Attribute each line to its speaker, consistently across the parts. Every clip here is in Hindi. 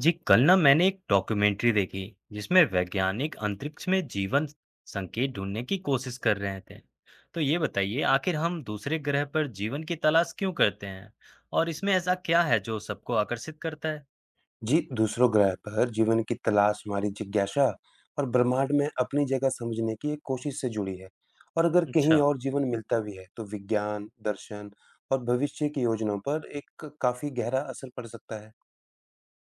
Speaker 1: जी कल ना मैंने एक डॉक्यूमेंट्री देखी जिसमें वैज्ञानिक अंतरिक्ष में जीवन संकेत ढूंढने की कोशिश कर रहे थे। तो ये बताइए आखिर हम दूसरे ग्रह पर जीवन की तलाश क्यों करते हैं और इसमें ऐसा क्या है जो सबको आकर्षित करता है।
Speaker 2: जी, दूसरों ग्रह पर जीवन की तलाश हमारी जिज्ञासा और ब्रह्मांड में अपनी जगह समझने की एक कोशिश से जुड़ी है। और अगर कहीं
Speaker 1: अच्छा,
Speaker 2: और जीवन मिलता भी है तो विज्ञान, दर्शन और भविष्य की योजनाओं पर एक काफी गहरा असर पड़ सकता है।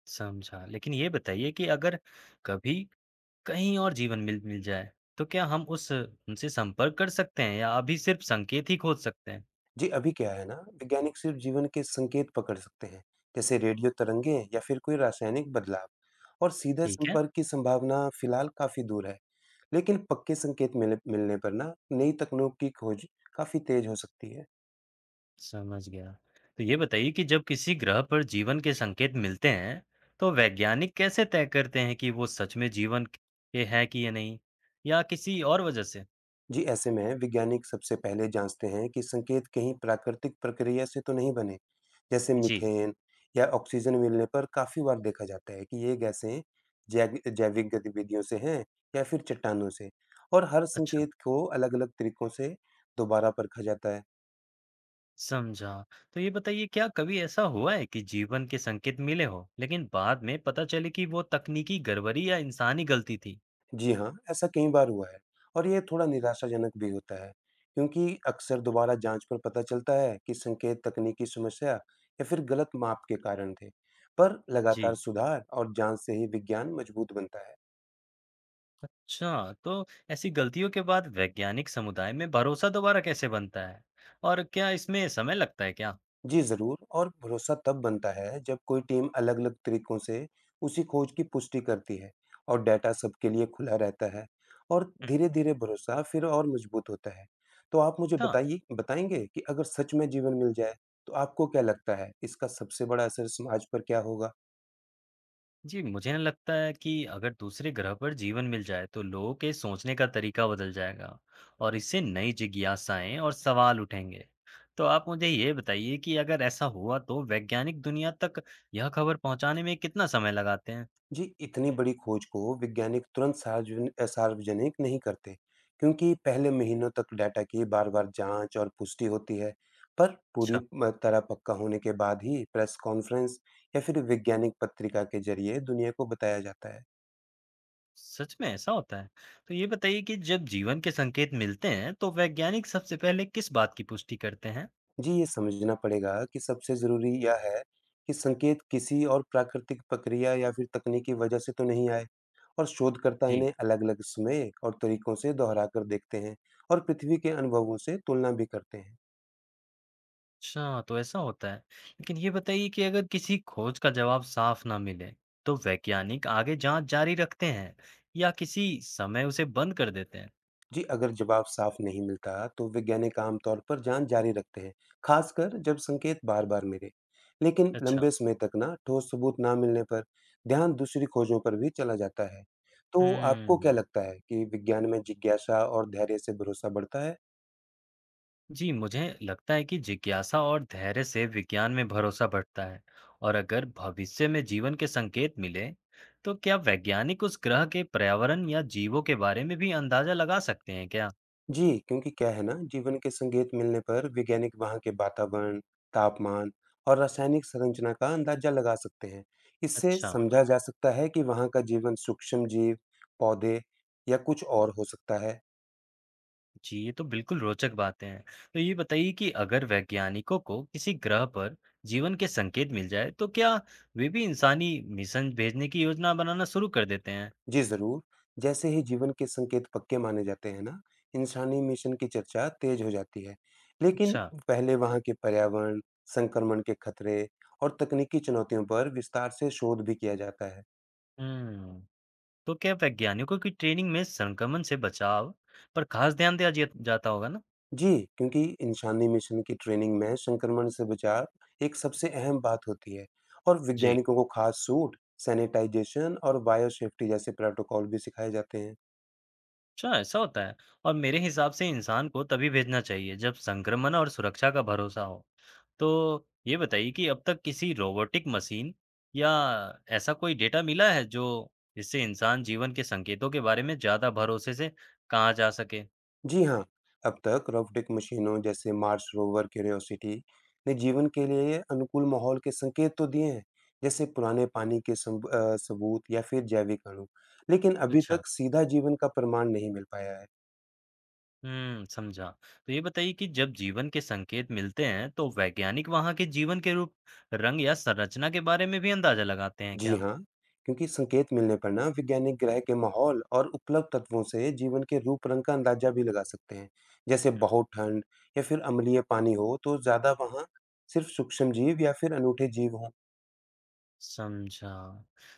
Speaker 1: समझा। लेकिन ये बताइए कि अगर कभी कहीं और जीवन मिल मिल जाए तो क्या हम उस उनसे संपर्क कर सकते हैं या अभी सिर्फ संकेत ही खोज सकते हैं?
Speaker 2: जी, अभी क्या है ना, वैज्ञानिक सिर्फ जीवन के संकेत पकड़ सकते हैं, जैसे रेडियो तरंगें या फिर कोई रासायनिक बदलाव। और सीधे
Speaker 1: ठीक है,
Speaker 2: संपर्क की संभावना फिलहाल काफी दूर है। लेकिन पक्के संकेत मिले मिलने पर ना, नई तकनीक की खोज काफी तेज हो सकती है।
Speaker 1: समझ गया। तो ये बताइए कि जब किसी ग्रह पर जीवन के संकेत मिलते हैं, तो वैज्ञानिक कैसे तय करते हैं कि वो सच में जीवन के हैं कि या नहीं? या किसी और वजह से?
Speaker 2: जी, ऐसे में वैज्ञानिक सबसे पहले जाँचते हैं कि संकेत कहीं प्राकृतिक प्रक्रिया से तो नहीं बने, जैसे
Speaker 1: जी,
Speaker 2: मीथेन या ऑक्सीजन मिलने पर। काफ़ी बार देखा जाता है कि ये गैसें जैग जैविक गतिविधियों से हैं या फिर चट्टानों से। और हर
Speaker 1: अच्छा,
Speaker 2: संकेत को अलग-अलग तरीकों से दोबारा परखा जाता है।
Speaker 1: समझा। तो ये बताइए क्या कभी ऐसा हुआ है कि जीवन के संकेत मिले हो, लेकिन बाद में पता चले कि वो तकनीकी गड़बड़ी या इंसानी गलती थी?
Speaker 2: जी हाँ, ऐसा कई बार हुआ है और ये थोड़ा निराशाजनक भी होता है, क्योंकि अक्सर दोबारा जाँच पर पता चलता है कि संकेत तकनीकी समस्या या फिर गलत माप के कारण थे। पर लगातार
Speaker 1: जी,
Speaker 2: सुधार और जाँच से ही विज्ञान मजबूत बनता है।
Speaker 1: अच्छा, तो ऐसी गलतियों के बाद वैज्ञानिक समुदाय में भरोसा दोबारा कैसे बनता है? और क्या इसमें समय लगता है क्या?
Speaker 2: जी, ज़रूर। और भरोसा तब बनता है जब कोई टीम अलग-अलग तरीकों से उसी खोज की पुष्टि करती है और डेटा सबके लिए खुला रहता है। और धीरे-धीरे भरोसा फिर और मजबूत होता है। तो आप मुझे
Speaker 1: हाँ।
Speaker 2: बताइए बताएँगे कि अगर सच में जीवन मिल जाए, तो आपको क्या लगता है इसका सबसे बड़ा असर समाज पर क्या होगा?
Speaker 1: जी, मुझे ना लगता है कि अगर दूसरे ग्रह पर जीवन मिल जाए तो लोगों के सोचने का तरीका बदल जाएगा और इससे नई जिज्ञासाएं और सवाल उठेंगे। तो आप मुझे ये बताइए कि अगर ऐसा हुआ तो वैज्ञानिक दुनिया तक यह खबर पहुंचाने में कितना समय लगाते हैं?
Speaker 2: जी, इतनी बड़ी खोज को वैज्ञानिक तुरंत सार्वजनिक नहीं करते, क्योंकि पहले महीनों तक डाटा की बार-बार जाँच और पुष्टि होती है। पर पूरी
Speaker 1: अच्छा,
Speaker 2: म तरह पक्का होने के बाद ही प्रेस कॉन्फ्रेंस या फिर वैज्ञानिक पत्रिका के ज़रिए दुनिया को बताया जाता है।
Speaker 1: सच में ऐसा होता है। तो ये बताइए कि जब जीवन के संकेत मिलते हैं तो वैज्ञानिक सबसे पहले किस बात की पुष्टि करते हैं?
Speaker 2: जी, ये समझना पड़ेगा कि सबसे ज़रूरी यह है कि संकेत किसी और प्राकृतिक प्रक्रिया या फिर तकनीकी वजह से तो नहीं आए। और शोधकर्ता
Speaker 1: जी
Speaker 2: इन्हें अलग-अलग समय और तरीकों से दोहराकर देखते हैं और पृथ्वी के अनुभवों से तुलना भी करते हैं।
Speaker 1: अच्छा, तो ऐसा होता है। लेकिन ये बताइए कि अगर किसी खोज का जवाब साफ ना मिले, तो वैज्ञानिक आगे जाँच जारी रखते हैं या किसी समय उसे बंद कर देते हैं?
Speaker 2: जी, अगर जवाब साफ नहीं मिलता तो वैज्ञानिक आमतौर पर जांच जारी रखते हैं, खासकर जब संकेत बार-बार मिले। लेकिन
Speaker 1: अच्छा।
Speaker 2: लंबे समय तक ना ठोस सबूत ना मिलने पर ध्यान दूसरी खोजों पर भी चला जाता है। तो आपको क्या
Speaker 1: हम्म,
Speaker 2: लगता है कि विज्ञान में जिज्ञासा और धैर्य से भरोसा बढ़ता है?
Speaker 1: जी मुझे लगता है कि जिज्ञासा और धैर्य से विज्ञान में भरोसा बढ़ता है और अगर भविष्य में जीवन के संकेत मिले, तो क्या वैज्ञानिक उस ग्रह के पर्यावरण या जीवों के बारे में भी अंदाजा लगा सकते हैं क्या?
Speaker 2: जी, क्योंकि क्या है ना, जीवन के संकेत मिलने पर वैज्ञानिक वहाँ के वातावरण, तापमान और रासायनिक संरचना का अंदाजा लगा सकते हैं। इससे
Speaker 1: अच्छा।
Speaker 2: समझा जा सकता है कि वहाँ का जीवन सूक्ष्म जीव, पौधे या कुछ और हो सकता है।
Speaker 1: जी, ये तो बिल्कुल रोचक बातें हैं। तो ये बताइए कि अगर वैज्ञानिकों को किसी ग्रह पर जीवन के संकेत मिल जाए, तो क्या वे भी इंसानी मिशन भेजने की योजना बनाना शुरू कर देते हैं?
Speaker 2: जी ज़रूर, जैसे ही जीवन के संकेत पक्के माने जाते हैं ना, इंसानी मिशन की चर्चा तेज हो जाती है। लेकिन
Speaker 1: अच्छा,
Speaker 2: पहले वहाँ के पर्यावरण, संक्रमण के खतरे और तकनीकी चुनौतियों पर विस्तार से शोध भी किया जाता है।
Speaker 1: हम्म, तो क्या वैज्ञानिकों की ट्रेनिंग में संक्रमण से बचाव पर खास ध्यान जाता होगा ना?
Speaker 2: जी, क्योंकि इंसानी मिशन की ट्रेनिंग में संक्रमण से बचाव एक सबसे अहम बात होती है और
Speaker 1: जी,
Speaker 2: वैज्ञानिकों को खास सूट, सैनिटाइजेशन और बायोसेफ्टी जैसे प्रोटोकॉल भी सिखाए जाते हैं।
Speaker 1: अच्छा ऐसा होता है। और मेरे हिसाब से इंसान को तभी भेजना चाहिए जब संक्रमण और सुरक्षा का भरोसा हो। तो ये बताइए कि अब तक किसी रोबोटिक मशीन या ऐसा कोई डेटा मिला है जो जिससे इंसान जीवन के संकेतों के बारे में ज़्यादा भरोसे से कहा जा सके?
Speaker 2: जी हाँ, अब तक रोबोटिक मशीनों जैसे मार्स रोवर क्यूरियोसिटी ने जीवन के लिए अनुकूल माहौल के संकेत तो दिए हैं, जैसे पुराने पानी के सबूत या फिर जैविक अणु, लेकिन अभी
Speaker 1: अच्छा।
Speaker 2: तक सीधा जीवन का प्रमाण नहीं मिल पाया है।
Speaker 1: हुँ, समझा। तो ये बताइए कि जब जीवन के संकेत मिलते हैं तो वैज्ञानिक वहाँ के जीवन के रूप, रंग या संरचना के बारे में भी अंदाज़ा लगाते हैं
Speaker 2: जी
Speaker 1: क्या?
Speaker 2: हाँ, क्योंकि संकेत मिलने पर ना वैज्ञानिक ग्रह के माहौल और उपलब्ध तत्वों से जीवन के रूप-रंग का अंदाजा भी लगा सकते हैं। जैसे बहुत ठंड या फिर अम्लीय पानी हो तो ज़्यादा वहाँ सिर्फ सूक्ष्म जीव या फिर अनूठे जीव हों।
Speaker 1: समझा।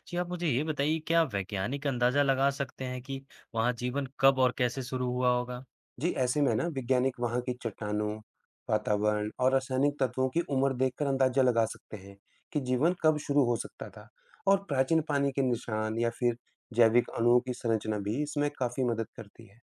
Speaker 1: जी, आप मुझे ये बताइए क्या वैज्ञानिक अंदाज़ा लगा सकते हैं कि वहाँ जीवन कब और कैसे शुरू हुआ होगा?
Speaker 2: जी, ऐसे में ना वैज्ञानिक वहाँ की चट्टानों, वातावरण और रासायनिक तत्वों की उम्र देखकर अंदाजा लगा सकते हैं कि जीवन कब शुरू हो सकता था। और प्राचीन पानी के निशान या फिर जैविक अणुओं की संरचना भी इसमें काफ़ी मदद करती है।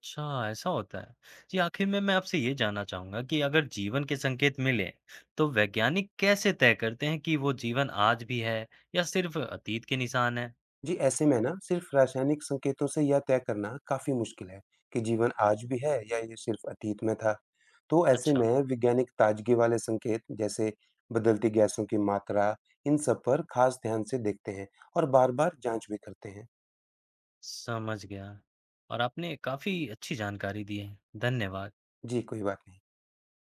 Speaker 1: अच्छा, ऐसा होता है। जी, आखिर में मैं आपसे ये जानना चाहूँगा कि अगर जीवन के संकेत मिलें, तो वैज्ञानिक कैसे तय करते हैं कि वो जीवन आज भी है या सिर्फ अतीत के निशान हैं?
Speaker 2: जी, ऐसे में ना सिर्फ रासायनिक संकेतों से यह तय करना काफी मुश्किल है कि जीवन आज भी है या ये सिर्फ अतीत में था। तो ऐसे
Speaker 1: अच्छा,
Speaker 2: में वैज्ञानिक ताजगी वाले संकेत जैसे बदलती गैसों की मात्रा इन सब पर खास ध्यान से देखते हैं और बार-बार जांच भी करते हैं।
Speaker 1: समझ गया और आपने काफ़ी अच्छी जानकारी दी है। धन्यवाद।
Speaker 2: जी, कोई बात नहीं।